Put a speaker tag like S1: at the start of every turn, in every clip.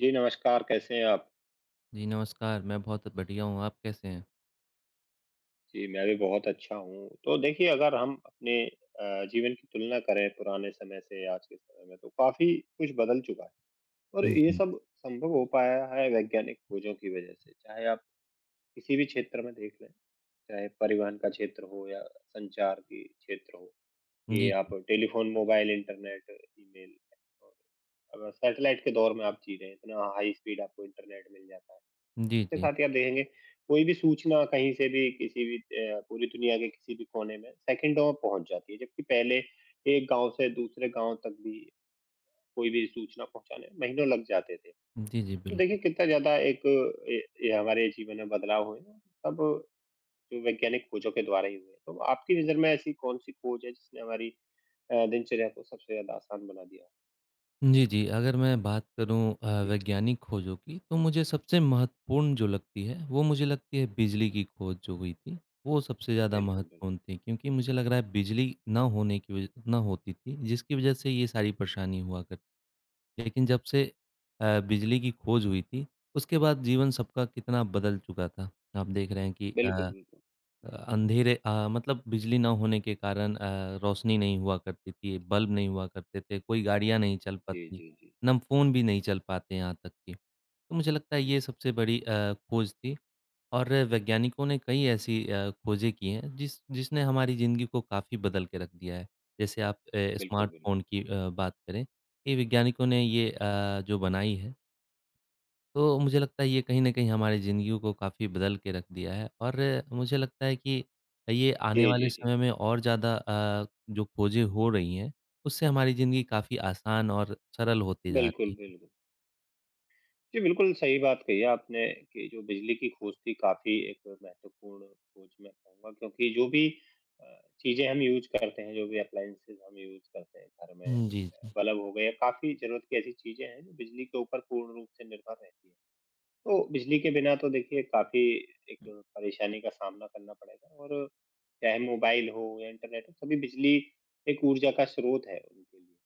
S1: जी, नमस्कार, कैसे हैं आप?
S2: जी, नमस्कार। मैं बहुत बढ़िया हूँ, आप कैसे हैं?
S1: जी, मैं भी बहुत अच्छा हूँ। तो देखिए, अगर हम अपने जीवन की तुलना करें पुराने समय से आज के समय में, तो काफ़ी कुछ बदल चुका है और ये
S2: जी।
S1: सब संभव हो पाया है वैज्ञानिक खोजों की वजह से। चाहे आप किसी भी क्षेत्र में देख लें, चाहे परिवहन का क्षेत्र हो या संचार की क्षेत्र हो, कि
S2: जी,
S1: आप टेलीफ़ोन, मोबाइल, इंटरनेट, ईमेल और अगर सैटेलाइट के दौर में आप जी रहे हैं, इतना हाई स्पीड आपको इंटरनेट मिल जाता है।
S2: जी,
S1: इसके
S2: जी।
S1: साथ ही आप देखेंगे कोई भी सूचना कहीं से भी किसी भी पूरी दुनिया के किसी भी कोने में सेकंडों में पहुँच जाती है, जबकि पहले एक गाँव से दूसरे गाँव तक भी कोई भी सूचना पहुँचाने में महीनों लग जाते थे।
S2: जी, जी,
S1: तो
S2: बिल्कुल।
S1: देखिए कितना ज़्यादा एक ये हमारे जीवन में बदलाव हुए हैं, सब जो वैज्ञानिक खोजों के द्वारा ही हुए हैं। तो आपकी नज़र में ऐसी कौन-सी खोज है जिसने हमारी दिनचर्या को सबसे ज़्यादा आसान बना दिया?
S2: जी, जी, अगर मैं बात करूँ
S1: जी।
S2: वैज्ञानिक खोजों की, तो मुझे सबसे महत्वपूर्ण जो लगती है, वो मुझे लगती है बिजली
S1: जी,
S2: की खोज जो हुई थी, वो सबसे ज़्यादा
S1: बिल्कुल,
S2: महत्वपूर्ण
S1: बिल्कुल।
S2: थी। क्योंकि मुझे लग रहा है बिजली ना होने की वज ना होती थी, जिसकी वजह से ये सारी
S1: हुँ,
S2: परेशानी हुआ करती। लेकिन जब से बिजली की खोज हुई थी, उसके बाद जीवन सबका कितना बदल चुका था। आप देख रहे हैं कि
S1: बिल्कुल, बिल्कुल। हुँ,
S2: अंधेरे, मतलब बिजली ना होने के कारण रोशनी नहीं हुआ करती थी, बल्ब नहीं हुआ करते थे, कोई गाड़ियाँ नहीं चल
S1: जी,
S2: पाती,
S1: जी, जी।
S2: नम फ़ोन भी नहीं चल पाते यहाँ तक कि। तो मुझे लगता है
S1: हुँ,
S2: ये सबसे बड़ी खोज थी और वैज्ञानिकों ने कई ऐसी खोजें की हैं जिसने हमारी ज़िंदगी को काफ़ी बदल के रख दिया है। जैसे आप
S1: बिल्कुल,
S2: स्मार्टफ़ोन
S1: बिल्कुल।
S2: की बात करें, ये वैज्ञानिकों ने ये
S1: हुँ।
S2: जो बनाई है तो मुझे लगता है ये कहीं न कहीं हमारी ज़िंदगियों को काफ़ी बदल के रख दिया है और मुझे लगता है कि ये आने
S1: जी,
S2: वाले
S1: जी, जी।
S2: समय में और ज़्यादा जो खोजें हो रही हैं, उससे हमारी ज़िंदगी काफ़ी आसान और सरल होती जा रही
S1: बिल्कुल,
S2: है।
S1: बिल्कुल। जी, बिल्कुल सही बात कही है आपने कि जो बिजली की खोज थी काफ़ी एक महत्वपूर्ण खोज मैं कहूँगा क्योंकि जो भी चीज़ें हम यूज़ करते हैं, जो भी अप्लायंसेस हम यूज़ करते हैं घर में
S2: जी, जी।
S1: बल्ब हो गए, काफ़ी ज़रूरत की ऐसी चीज़ें हैं जो बिजली के ऊपर पूर्ण रूप से निर्भर रहती हैं। तो बिजली के बिना तो देखिए काफ़ी एक परेशानी का सामना करना पड़ेगा और चाहे मोबाइल हो या इंटरनेट हो, सभी बिजली एक ऊर्जा का स्रोत है उनके लिए।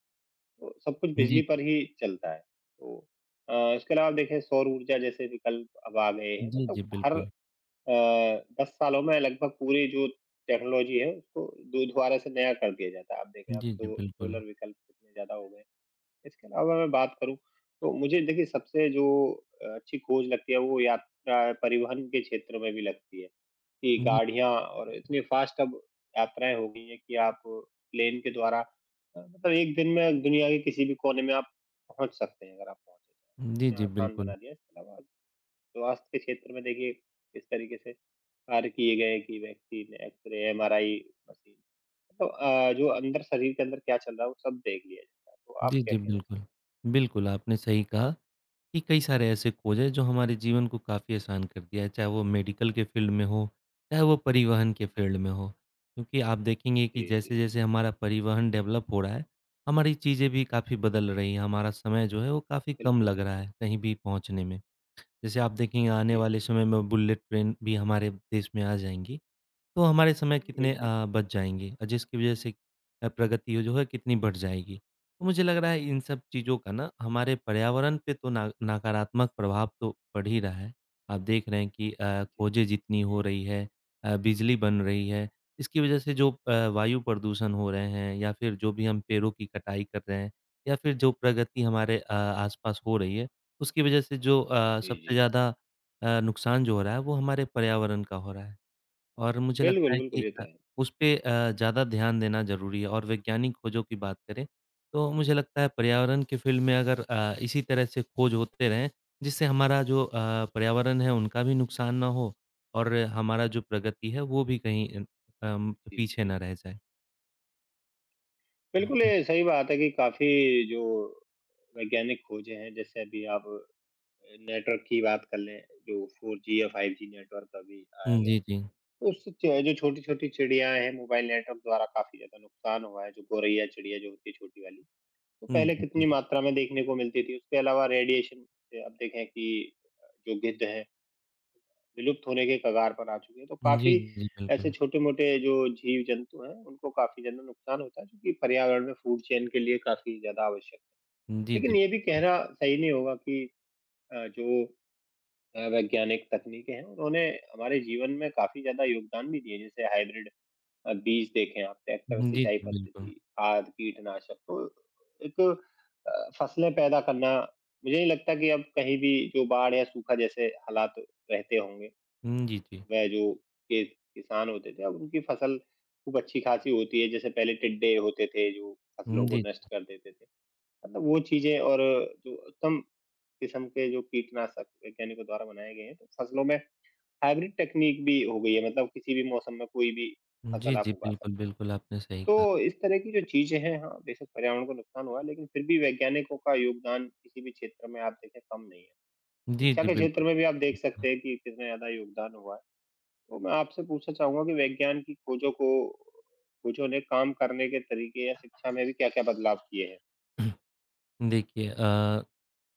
S1: तो सब कुछ
S2: जी,
S1: बिजली पर ही चलता है। तो इसके अलावा आप देखें सौर ऊर्जा जैसे विकल्प अब आ गए हैं
S2: जी,
S1: मतलब
S2: जी,
S1: हर
S2: बिल्कुल।
S1: अ, 10 सालों में लगभग पूरी जो टेक्नोलॉजी है उसको दो दोबारा से नया कर दिया जाता है। आप देखें आप
S2: जी, जी,
S1: सो
S2: बिल्कुल।
S1: सोलर विकल्प कितने ज़्यादा हो गए हैं। इसके अलावा मैं बात करूँ, तो मुझे देखिए सबसे जो अच्छी खोज लगती है वो यात्रा परिवहन के क्षेत्र में भी लगती है, कि
S2: जी,
S1: गाड़ियाँ और इतनी फास्ट अब यात्राएँ हो गई हैं कि आप प्लेन के द्वारा मतलब एक दिन में दुनिया के किसी भी कोने में आप पहुँच सकते हैं अगर आप पहुँचना चाहें तो,
S2: जी,
S1: इतना
S2: जी,
S1: आसान
S2: बिल्कुल।
S1: बना दिया है। इसके अलावा स्वास्थ्य के क्षेत्र में देखिए किस तरीके से कार्य किए गए हैं कि वैक्सीन, एक्स-रे, एमआरआई मशीन मतलब जो अंदर शरीर के अंदर क्या चल रहा है वो सब देख लिया जाता है, तो आप
S2: जी,
S1: क्या
S2: जी,
S1: कहना
S2: बिल्कुल।
S1: चाहेंगे?
S2: बिल्कुल, आपने सही कहा। कि कई सारे ऐसे खोज
S1: जी,
S2: हैं जो हमारे जीवन को काफ़ी आसान कर दिया है, चाहे वो मेडिकल के फील्ड में हो, चाहे वो परिवहन के
S1: हुँ।
S2: फील्ड में हो। क्योंकि आप देखेंगे कि
S1: जी, जी, जी।
S2: जैसे-जैसे हमारा परिवहन डेवलप हो रहा है, हमारी चीज़ें भी काफ़ी बदल रही हैं, हमारा समय जो है वो काफ़ी कम
S1: बिल्कुल,
S2: लग रहा
S1: बिल्कुल।
S2: है कहीं भी पहुँचने में। जैसे आप देखेंगे आने
S1: जी।
S2: वाले समय में बुलेट ट्रेन भी हमारे देश में आ जाएँगी। तो हमारे समय
S1: हुँ,
S2: कितने
S1: बिल्कुल।
S2: बच जाएँगे, जिसकी वजह से प्रगति जो है कितनी बढ़ जाएगी। तो मुझे लग रहा है इन सब चीज़ों का ना हमारे पर्यावरण पे तो ना नकारात्मक प्रभाव तो पड़ ही रहा है। आप देख रहे हैं कि
S1: जी, जी।
S2: खोजें जितनी हो
S1: हुँ।
S2: रही है, बिजली बन रही है, इसकी वजह से जो वायु प्रदूषण हो रहे हैं या फिर जो भी हम पेड़ों की कटाई कर रहे हैं या फिर जो प्रगति हमारे आस-पास हो रही है, उसकी वजह से जो
S1: जी,
S2: सबसे
S1: जी।
S2: ज़्यादा नुकसान जो हो रहा है वो हमारे पर्यावरण का हो रहा है। और मुझे लगता
S1: बिल्कुल,
S2: है
S1: बिल्कुल,
S2: कि
S1: ये तो है।
S2: उस पे ज़्यादा ध्यान देना ज़रूरी है और वैज्ञानिक खोजों की बात करें, तो मुझे लगता है
S1: हुँ।
S2: पर्यावरण की फ़ील्ड में अगर इसी तरह से खोज होते रहें, जिससे हमारा जो पर्यावरण है उनका भी नुकसान ना हो और हमारा जो प्रगति है वो भी कहीं
S1: जी, जी,
S2: पीछे
S1: जी।
S2: ना रह जाए।
S1: बिल्कुल, ये
S2: जी।
S1: सही बात है कि काफ़ी जो वैज्ञानिक खोजें हैं, जैसे अभी आप नेटवर्क की बात कर लें, जो 4G या 5G नेटवर्क अभी आया गया
S2: जी,
S1: था।
S2: जी।
S1: तो उससे क्या है, जो छोटी-छोटी चिड़ियाँ हैं, मोबाइल नेटवर्क द्वारा काफ़ी ज़्यादा नुकसान हुआ है, जो गौरैया चिड़िया जो होती है, छोटी वाली। तो
S2: हुँ,
S1: पहले
S2: जी, जी।
S1: कितनी मात्रा में देखने को मिलती थी। उसके अलावा रेडिएशन से अब देखें कि जो गिद्ध हैं, विलुप्त होने के कगार पर आ चुके हैं। तो
S2: जी,
S1: काफ़ी
S2: जी,
S1: ऐसे
S2: बिल्कुल।
S1: छोटे-मोटे जो जीव-जंतु हैं, उनको काफ़ी ज़्यादा नुकसान होता है, जो कि पर्यावरण में फूड चेन के लिए काफ़ी ज़्यादा आवश्यक है।
S2: जी, जी,
S1: लेकिन ये भी
S2: बिल्कुल।
S1: कहना सही नहीं होगा कि अ, जो वैज्ञानिक तकनीकें हैं, उन्होंने हमारे जीवन में काफ़ी ज़्यादा योगदान भी दिए। जैसे हाइब्रिड बीज देखे हैं आप, ट्रैक्टर
S2: जी, जी,
S1: सिंचाई
S2: बिल्कुल।
S1: पद्धति, खाद, कीटनाशक तो एक फसलें पैदा करना मुझे नहीं लगता कि अब कहीं भी जो बाढ़ या सूखा जैसे हालात रहते होंगे,
S2: हुँ, जी, जी।
S1: वह जो कि किसान होते थे, अब उनकी फसल खूब अच्छी-खासी होती है। जैसे पहले टिड्डे होते थे जो
S2: हुँ,
S1: फसलों को
S2: जी।
S1: नष्ट कर देते थे। मतलब वो चीज़ें और जो उत्तम किस्म के जो कीटनाशक वैज्ञानिकों द्वारा बनाए गए हैं, तो फसलों में हाइब्रिड टेक्नीक भी हो गई है मतलब किसी भी मौसम में कोई भी
S2: जी,
S1: फसल आप
S2: जी,
S1: उगा सकते
S2: बिल्कुल, बिल्कुल आपने सही
S1: तो
S2: कहा।
S1: इस तरह की जो चीज़ें हैं, हाँ, बेशक पर्यावरण को नुकसान हुआ है, लेकिन फिर भी वैज्ञानिकों का योगदान किसी भी क्षेत्र में आप देखें कम नहीं है।
S2: जी,
S1: शिक्षा
S2: जी,
S1: के क्षेत्र
S2: बिल्कुल।
S1: में भी आप देख सकते हैं कि कितना ज़्यादा योगदान हुआ है। तो मैं आपसे पूछना चाहूँगा कि विज्ञान की खोजों को खोजों ने काम करने के तरीके या शिक्षा में भी क्या-क्या बदलाव किए हैं?
S2: देखिए,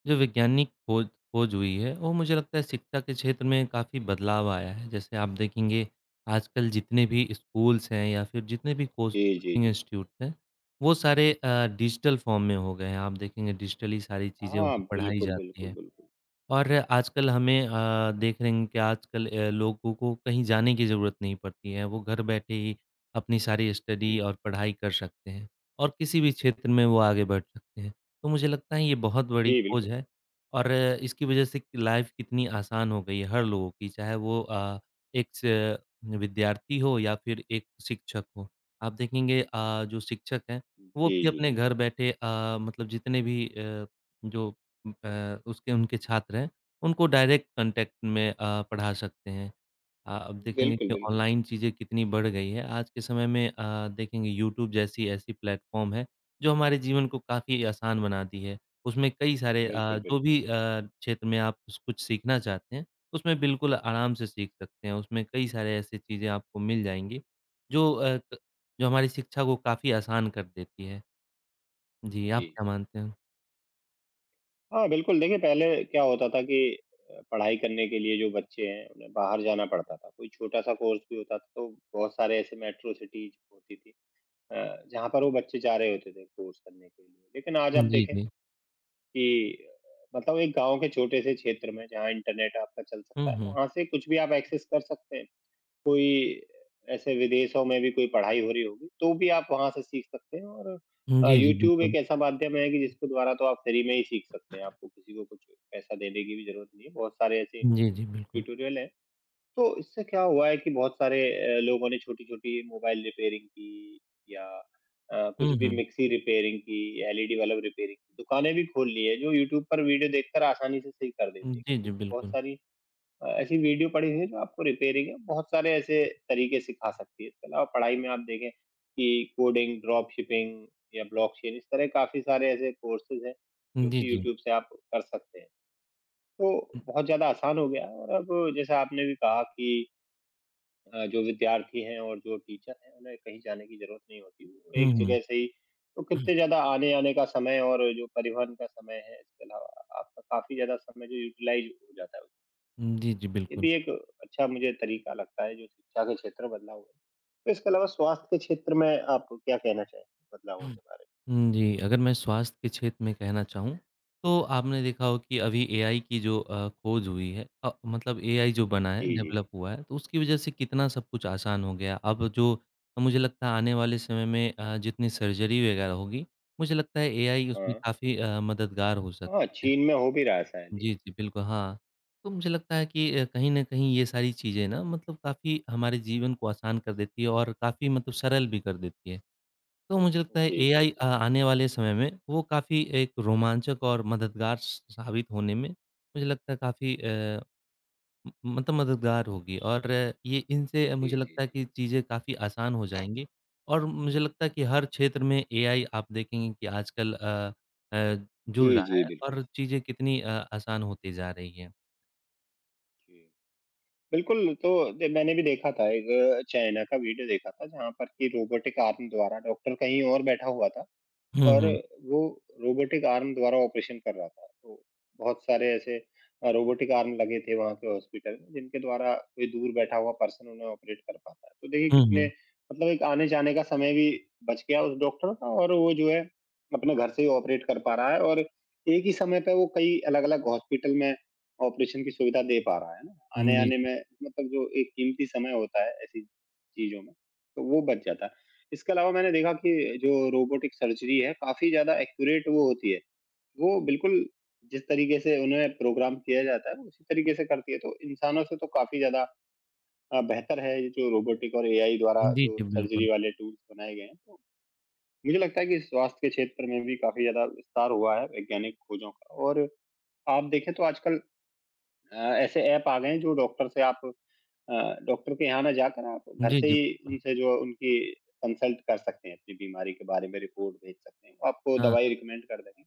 S2: जो वैज्ञानिक खोज खोज हुई है वो मुझे लगता है शिक्षा के क्षेत्र में काफ़ी बदलाव आया है। जैसे आप देखेंगे आजकल जितने भी स्कूल्स हैं या फिर जितने भी कोच
S1: जी, जी,
S2: कोचिंग
S1: जी।
S2: इंस्टीट्यूट हैं, वो सारे डिजिटल फ़ॉर्म में हो गए हैं। आप देखेंगे डिजिटली सारी चीज़ें
S1: हाँ,
S2: वहाँ पढ़ाई
S1: बिल्कुल,
S2: जाती
S1: बिल्कुल,
S2: हैं।
S1: बिल्कुल।
S2: और आजकल हमें देख रहे हैं कि आजकल लोगों को कहीं जाने की ज़रूरत नहीं पड़ती है। वो घर बैठे ही अपनी सारी स्टडी
S1: जी,
S2: और पढ़ाई कर सकते हैं और किसी भी क्षेत्र में वो आगे बढ़ सकते हैं। तो मुझे लगता है ये बहुत बड़ी
S1: जी,
S2: खोज
S1: बिल्कुल।
S2: है और इसकी वज़ह से लाइफ़ कितनी आसान हो गई है हर लोगों की, चाहे वो एक स विद्यार्थी हो या फिर एक शिक्षक हो। आप देखेंगे जो शिक्षक हैं, वो
S1: जी,
S2: भी
S1: जी,
S2: अपने
S1: जी।
S2: घर बैठे, मतलब जितने भी जो उसके उनके छात्र हैं, उनको डायरेक्ट कॉन्टैक्ट में पढ़ा सकते हैं। अब देखेंगे
S1: बिल्कुल,
S2: कि
S1: बिल्कुल।
S2: ऑनलाइन चीज़ें कितनी बढ़ गई है। आज के समय में देखेंगे यूट्यूब जैसी ऐसी प्लेटफ़ॉर्म है, जो हमारे जीवन को काफ़ी आसान बना दी है। उसमें कई सारे
S1: बिल्कुल,
S2: जो
S1: बिल्कुल।
S2: भी क्षेत्र में आप स कुछ सीखना चाहते हैं, उसमें बिल्कुल आराम से सीख सकते हैं। उसमें कई सारे ऐसी चीज़ें आपको मिल जाएँगी, जो क जो हमारी शिक्षा को काफ़ी आसान कर देती है। जी, आप
S1: जी।
S2: क्या मानते हैं?
S1: हाँ, बिल्कुल। देखिए, पहले क्या होता था कि पढ़ाई करने के लिए जो बच्चे हैं, उन्हें बाहर जाना पड़ता था। कोई छोटा-सा कोर्स भी होता था, तो बहुत सारे ऐसे मेट्रो सिटीज़ होती थी अ, जहाँ पर वो बच्चे जा रहे होते थे कोर्स करने के लिए। लेकिन आज
S2: हुँ,
S1: आप
S2: जी,
S1: देखें
S2: जी।
S1: कि मतलब एक गाँव के छोटे से क्षेत्र में, जहाँ इंटरनेट आपका चल
S2: हुँ,
S1: सकता है,
S2: हुँ।
S1: वहाँ से कुछ भी आप एक्सेस कर सकते हैं। कोई ऐसे विदेशों में भी कोई पढ़ाई हो रही होगी, तो भी आप वहाँ से सीख सकते हैं और
S2: जी, जी,
S1: यूट्यूब
S2: बिल्कुल।
S1: एक ऐसा माध्यम है कि जिसके द्वारा तो आप फ्री में ही सीख सकते हैं, आपको किसी को कुछ पैसा देने की भी ज़रूरत नहीं है, बहुत सारे ऐसे
S2: जी, जी, बिल्कुल।
S1: ट्यूटोरियल हैं। तो इससे क्या हुआ है कि बहुत सारे लोगों ने छोटी-छोटी मोबाइल रिपेयरिंग की या कुछ
S2: हुँ,
S1: भी
S2: हुँ।
S1: मिक्सी रिपेयरिंग की, एलईडी बल्ब रिपेयरिंग की दुकानें भी खोल ली है, जो यूट्यूब पर वीडियो देखकर आसानी से सही कर देते हैं,
S2: जी,
S1: क्योंकि
S2: जी,
S1: बहुत
S2: बिल्कुल।
S1: सारी ऐसी वीडियो पड़ी हुई है जो आपको रिपेयरिंग के बहुत सारे ऐसे तरीके सिखा सकती है। इसके अलावा पढ़ाई में आप देखें कि कोडिंग, ड्रॉप शिपिंग या ब्लॉकचेन इस तरह काफ़ी सारे ऐसे कोर्सेज़ हैं, जो
S2: जी,
S1: कि
S2: जी।
S1: यूट्यूब से आप कर सकते हैं। तो बहुत ज़्यादा आसान हो गया है और अब जैसा आपने भी कहा कि जो विद्यार्थी हैं और जो टीचर हैं, उन्हें कहीं जाने की ज़रूरत नहीं होती। वो
S2: हुँ,
S1: एक
S2: हुँ।
S1: जगह से ही तो कितने ज़्यादा आने-जाने का समय और जो परिवहन का समय है, इसके अलावा आपका काफ़ी ज़्यादा समय जो यूटिलाइज़ हो जाता है।
S2: जी, जी,
S1: ये
S2: बिल्कुल।
S1: भी एक अच्छा मुझे तरीका लगता है जो शिक्षा के क्षेत्र में बदलाव हुए। तो इसके अलावा स्वास्थ्य के क्षेत्र में आप क्या कहना चाहेंगे बदलावों के बारे
S2: हुँ, जी, अगर मैं स्वास्थ्य के क्षेत्र में कहना चाहूँ, तो आपने देखा हो कि अभी एआई की जो खोज हुई है, मतलब एआई जो बना है,
S1: जी, जी,
S2: डेवलप
S1: जी।
S2: हुआ है, तो उसकी वजह से कितना सब कुछ आसान हो गया। अब जो मुझे लगता है आने वाले समय में जितनी सर्जरी वगैरह होगी, मुझे लगता है एआई
S1: हाँ।
S2: उसमें
S1: में?
S2: काफ़ी मददगार हो
S1: हाँ,
S2: सकती
S1: हाँ
S2: है।
S1: चीन में हो भी रहा है शायद ये।
S2: जी, जी, बिल्कुल, हाँ। तो मुझे लगता है कि कहीं न कहीं ये सारी चीज़ें ना मतलब काफ़ी हमारे जीवन को आसान कर देती है और काफ़ी मतलब सरल भी कर देती है। तो मुझे लगता है
S1: जी, जी,
S2: एआई
S1: जी।
S2: आने वाले समय में वो काफ़ी एक रोमांचक और मददगार स साबित होने में मुझे लगता है काफ़ी म मतलब मददगार होगी और ये इनसे
S1: जी,
S2: मुझे
S1: जी,
S2: लगता है
S1: जी।
S2: कि चीज़ें काफ़ी आसान हो जाएँगी और मुझे लगता है कि हर क्षेत्र में एआई आप देखेंगे कि आजकल जुड़
S1: जी,
S2: रहा
S1: जी,
S2: है
S1: बिल्कुल।
S2: और चीज़ें कितनी आसान होती जा रही हैं।
S1: जी। बिल्कुल, तो दे मैंने भी देखा था एक चाइना का वीडियो देखा था जहाँ पर कि रोबोटिक आर्म द्वारा डॉक्टर कहीं और बैठा हुआ था।
S2: हुँ,
S1: और
S2: हुँ।
S1: वो रोबोटिक आर्म द्वारा ऑपरेशन कर रहा था। तो बहुत सारे ऐसे रोबोटिक आर्म लगे थे वहाँ के हॉस्पिटल में, जिनके द्वारा कोई दूर बैठा हुआ पर्सन उन्हें ऑपरेट कर पाता है। तो देखिए
S2: हुँ,
S1: कितने
S2: हुँ।
S1: मतलब एक आने-जाने का समय भी बच गया उस डॉक्टर का और वो जो है अपने घर से ही ऑपरेट कर पा रहा है और एक ही समय पे वो कई अलग-अलग हॉस्पिटल में ऑपरेशन की सुविधा दे पा रहा है ना।
S2: हुँ, जी,
S1: आने-आने में
S2: जी।
S1: मतलब जो एक कीमती समय होता है ऐसी चीज़ों में, तो वो बच जाता है। इसके अलावा मैंने देखा कि जो रोबोटिक सर्जरी है, काफ़ी ज़्यादा एक्यूरेट वो होती है। वो बिल्कुल जिस तरीके से उन्हें प्रोग्राम किया जाता है, वो उसी तरीके से करती है। तो इंसानों से तो काफ़ी ज़्यादा बेहतर है ये जो रोबोटिक और एआई द्वारा
S2: जी,
S1: जो
S2: जी, बिल्कुल।
S1: सर्जरी वाले टूल्स बनाए गए हैं। तो मुझे लगता है कि स्वास्थ्य के क्षेत्र में भी काफ़ी ज़्यादा विस्तार हुआ है वैज्ञानिक खोजों का और आप देखें तो आजकल ऐसे ऐप आ गए हैं जो डॉक्टर से आप डॉक्टर के यहाँ ना जाकर आप घर
S2: जी,
S1: से
S2: जी,
S1: ही
S2: बिल्कुल।
S1: उनसे जो उनकी कंसल्ट कर सकते हैं, अपनी बीमारी के बारे में रिपोर्ट भेज सकते हैं, वो आपको
S2: हाँ।
S1: दवाई रिकमेंड कर देंगे।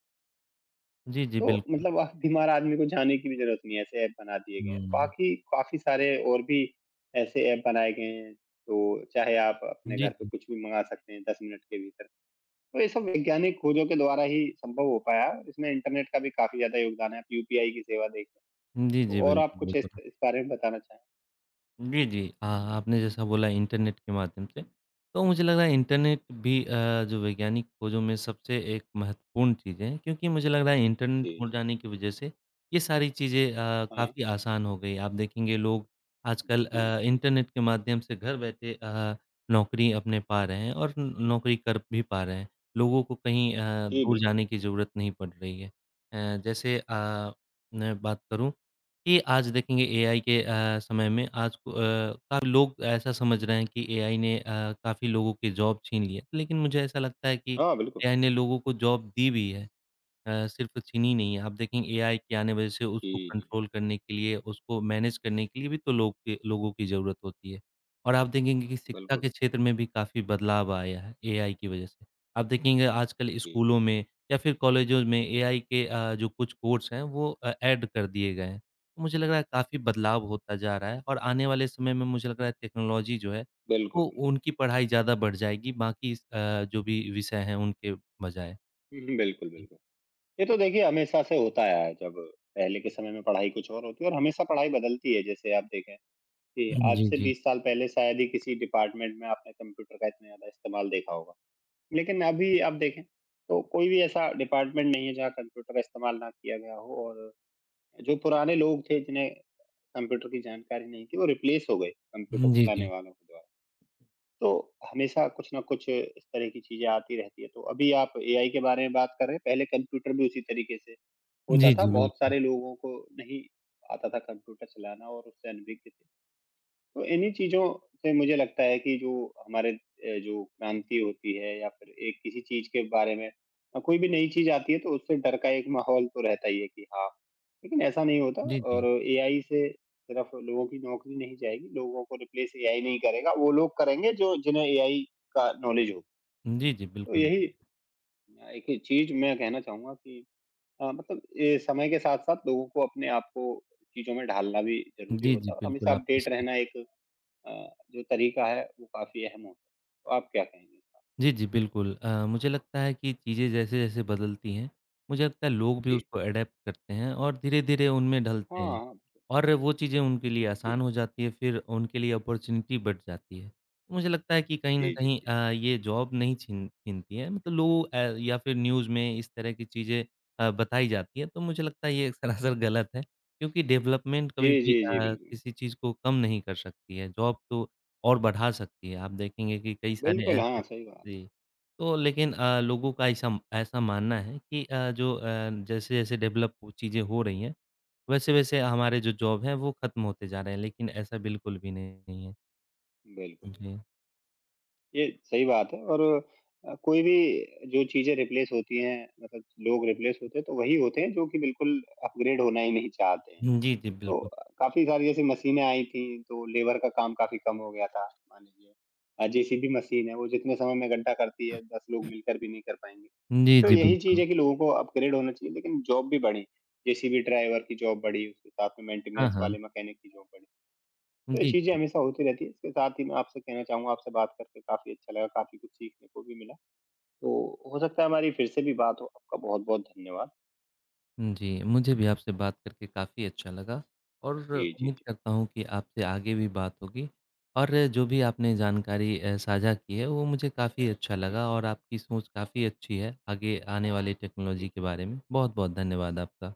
S2: जी, जी,
S1: तो
S2: बिल्कुल।
S1: मतलब आप बीमार आदमी को जाने की भी ज़रूरत नहीं है, ऐसे ऐप बना दिए गए हैं।
S2: हुँ।
S1: बाकी काफ़ी सारे और भी ऐसे ऐप बनाए गए हैं, तो चाहे आप अपने
S2: जी,
S1: घर पे
S2: जी।
S1: कुछ भी मँगा सकते हैं 10 मिनट के भीतर। तो ये सब वैज्ञानिक खोजों के द्वारा ही संभव हो पाया, इसमें इंटरनेट का भी काफ़ी ज़्यादा योगदान है, आप यूपीआई की सेवा देख रहे हैं।
S2: जी, जी,
S1: तो और आप
S2: बिल्कुल,
S1: कुछ इस
S2: बिल्कुल।
S1: इस बारे में बताना चाहें?
S2: जी, जी। आपने जैसा बोला इंटरनेट के माध्यम से, तो मुझे लग रहा है इंटरनेट भी जो वैज्ञानिक खोजों में सबसे एक महत्वपूर्ण चीज़ है क्योंकि मुझे लग रहा है
S1: जी,
S2: इंटरनेट हो
S1: जी।
S2: जाने की वजह से ये सारी चीज़ें
S1: हाँ।
S2: काफ़ी आसान हो गई। आप देखेंगे लोग आजकल
S1: जी, जी।
S2: इंटरनेट के माध्यम से घर बैठे नौकरी अपने पा रहे हैं और न नौकरी कर भी पा रहे हैं। लोगों को कहीं
S1: जी,
S2: दूर
S1: बिल्कुल।
S2: जाने की ज़रूरत नहीं पड़ रही है। जैसे मैं बात करूँ ये आज देखेंगे एआई के समय में आज को काफ़ी लोग ऐसा समझ रहे हैं कि एआई ने काफ़ी लोगों की जॉब छीन ली है। लेकिन मुझे ऐसा लगता है कि
S1: हाँ, बिल्कुल।
S2: एआई ने लोगों को जॉब दी भी है। सिर्फ़ चीनी नहीं है, आप देखेंगे एआई के आने वजह से
S1: जी,
S2: उसको
S1: जी।
S2: कंट्रोल करने के लिए, उसको मैनेज करने के लिए भी तो लोगों की ज़रूरत होती है। और आप देखेंगे कि शिक्षा
S1: बिल्कुल,
S2: के क्षेत्र में भी काफ़ी बदलाव आया है एआई की वजह से। आप देखेंगे आजकल
S1: जी।
S2: स्कूलों में या फिर कॉलेजों में एआई के जो कुछ कोर्स हैं वो ऐड कर दिए गए हैं। तो मुझे लग रहा है काफ़ी बदलाव होता जा रहा है और आने वाले समय में मुझे लग रहा है टेक्नोलॉजी जो है, वो
S1: बिल्कुल, बिल्कुल।
S2: उनकी पढ़ाई ज़्यादा बढ़ जाएगी, बाकी इस जो भी विषय हैं उनके बजाय।
S1: हुँ, बिल्कुल, बिल्कुल। ये तो देखिए हमेशा से होता आया है, जब पहले के समय में पढ़ाई कुछ और होती है और हमेशा पढ़ाई बदलती है। जैसे आप देखें कि आज
S2: जी,
S1: से
S2: जी।
S1: 20 साल पहले शायद ही किसी डिपार्टमेंट में आपने कंप्यूटर का इतना ज़्यादा इस्तेमाल देखा होगा। लेकिन अभी आप देखें तो कोई भी ऐसा डिपार्टमेंट नहीं है जहाँ कंप्यूटर का इस्तेमाल ना किया गया हो और जो पुराने लोग थे जिन्हें कंप्यूटर की जानकारी नहीं थी, वो रिप्लेस हो गए कंप्यूटर
S2: जी,
S1: चलाने
S2: जी।
S1: वालों के द्वारा। तो हमेशा कुछ ना कुछ इस तरह की चीज़ें आती रहती है। तो अभी आप एआई के बारे में बात कर रहे हैं, पहले कंप्यूटर भी उसी तरीके से होता
S2: जी,
S1: था।
S2: जी,
S1: बहुत
S2: बिल्कुल।
S1: सारे लोगों को नहीं आता था कंप्यूटर चलाना और उससे अनभिज्ञ थे। तो इन्हीं चीज़ों से मुझे लगता है कि जो हमारे जो क्रांति होती है या फिर एक किसी चीज़ के बारे में कोई भी नई चीज़ आती है तो उससे डर का एक माहौल तो रहता ही है कि हाँ, लेकिन ऐसा नहीं होता
S2: जी,
S1: और
S2: जी।
S1: एआई से सिर्फ लोगों की नौकरी नहीं जाएगी, लोगों को रिप्लेस एआई नहीं करेगा, वो लोग करेंगे जो जिन्हें एआई का नॉलेज हो।
S2: जी, जी,
S1: तो
S2: बिल्कुल।
S1: यही एक ही चीज़ मैं कहना चाहूँगा कि मतलब ये समय के साथ-साथ लोगों को अपने आप को चीज़ों में ढालना भी ज़रूरी
S2: जी, जी,
S1: होता है और हमेशा
S2: बिल्कुल, आपने
S1: अपडेट
S2: सही
S1: रहना एक अ, जो तरीका है वो काफ़ी अहम होता है। तो आप क्या कहेंगे इस पर?
S2: जी, जी, बिल्कुल। मुझे लगता है कि चीज़ें जैसे-जैसे बदलती हैं, मुझे लगता है लोग भी
S1: जी।
S2: उसको एडैप्ट करते हैं और धीरे-धीरे उनमें ढलते हैं
S1: हाँ, हाँ,
S2: और वो चीज़ें उनके लिए आसान
S1: जी।
S2: हो जाती है, फिर उनके लिए अपॉर्च्युनिटी बढ़ जाती है। मुझे लगता है कि कहीं न
S1: जी, जी,
S2: कहीं
S1: जी।
S2: ये जॉब नहीं छीनती है, मतलब लोग या फिर न्यूज़ में इस तरह की चीज़ें बताई जाती हैं, तो मुझे लगता है ये सरासर गलत है क्योंकि डेवलपमेंट
S1: जी,
S2: कभी भी
S1: जी, जी, बिल्कुल।
S2: किसी चीज़ को कम नहीं कर सकती है, जॉब तो और बढ़ा सकती है। आप देखेंगे कि कई सारे
S1: बिल्कुल,
S2: ऐसे
S1: हाँ, सही बात
S2: जी। तो लेकिन लोगों का ऐसा ऐसा मानना है कि जैसे-जैसे डेवलप चीज़ें हो रही हैं, वैसे-वैसे हमारे जो जॉब हैं वो खत्म होते जा रहे हैं, लेकिन ऐसा बिल्कुल भी नहीं है।
S1: है। बिल्कुल, बिल्कुल।
S2: जी।
S1: ये सही बात है और कोई भी जो चीज़ें रिप्लेस होती हैं मतलब लोग रिप्लेस होते हैं तो वही होते हैं जो कि बिल्कुल अपग्रेड होना ही नहीं चाहते हैं।
S2: जी, जी,
S1: तो
S2: बिल्कुल।
S1: काफ़ी सारी जैसे मशीनें आई थी, तो लेबर का काम काफ़ी कम हो गया था, मान लीजिए। जेसीबी मशीन है, वो जितने समय में गड्ढा करती है, 10 लोग मिलकर भी नहीं कर पाएँगे।
S2: जी,
S1: तो
S2: जी,
S1: यही चीज़
S2: बिल्कुल।
S1: है कि लोगों को अपग्रेड होना चाहिए, लेकिन जॉब भी बढ़ी। जेसीबी ड्राइवर की जॉब बढ़ी, उसके साथ में
S2: हाँ,
S1: मेंटेनेंस वाले
S2: हाँ।
S1: मैकेनिक की जॉब बढ़ी। तो ये
S2: जी।
S1: चीज़ें
S2: जी
S1: हमेशा होती रहती हैं। इसके साथ ही मैं आपसे कहना चाहूँगा, आपसे बात करके काफ़ी अच्छा लगा, काफ़ी कुछ सीखने को भी मिला। तो हो सकता है हमारी फिर से भी बात हो। आपका बहुत-बहुत धन्यवाद।
S2: जी, मुझे भी आपसे बात करके काफ़ी अच्छा लगा और
S1: जी, जी,
S2: उम्मीद
S1: जी।
S2: करता हूँ कि आपसे आगे भी बात होगी और जो भी आपने जानकारी साझा की है वो मुझे काफ़ी अच्छा
S1: जी,
S2: लगा और आपकी सोच काफ़ी अच्छी है आगे आने वाली टेक्नोलॉजी
S1: जी।
S2: के बारे में। बहुत-बहुत धन्यवाद आपका।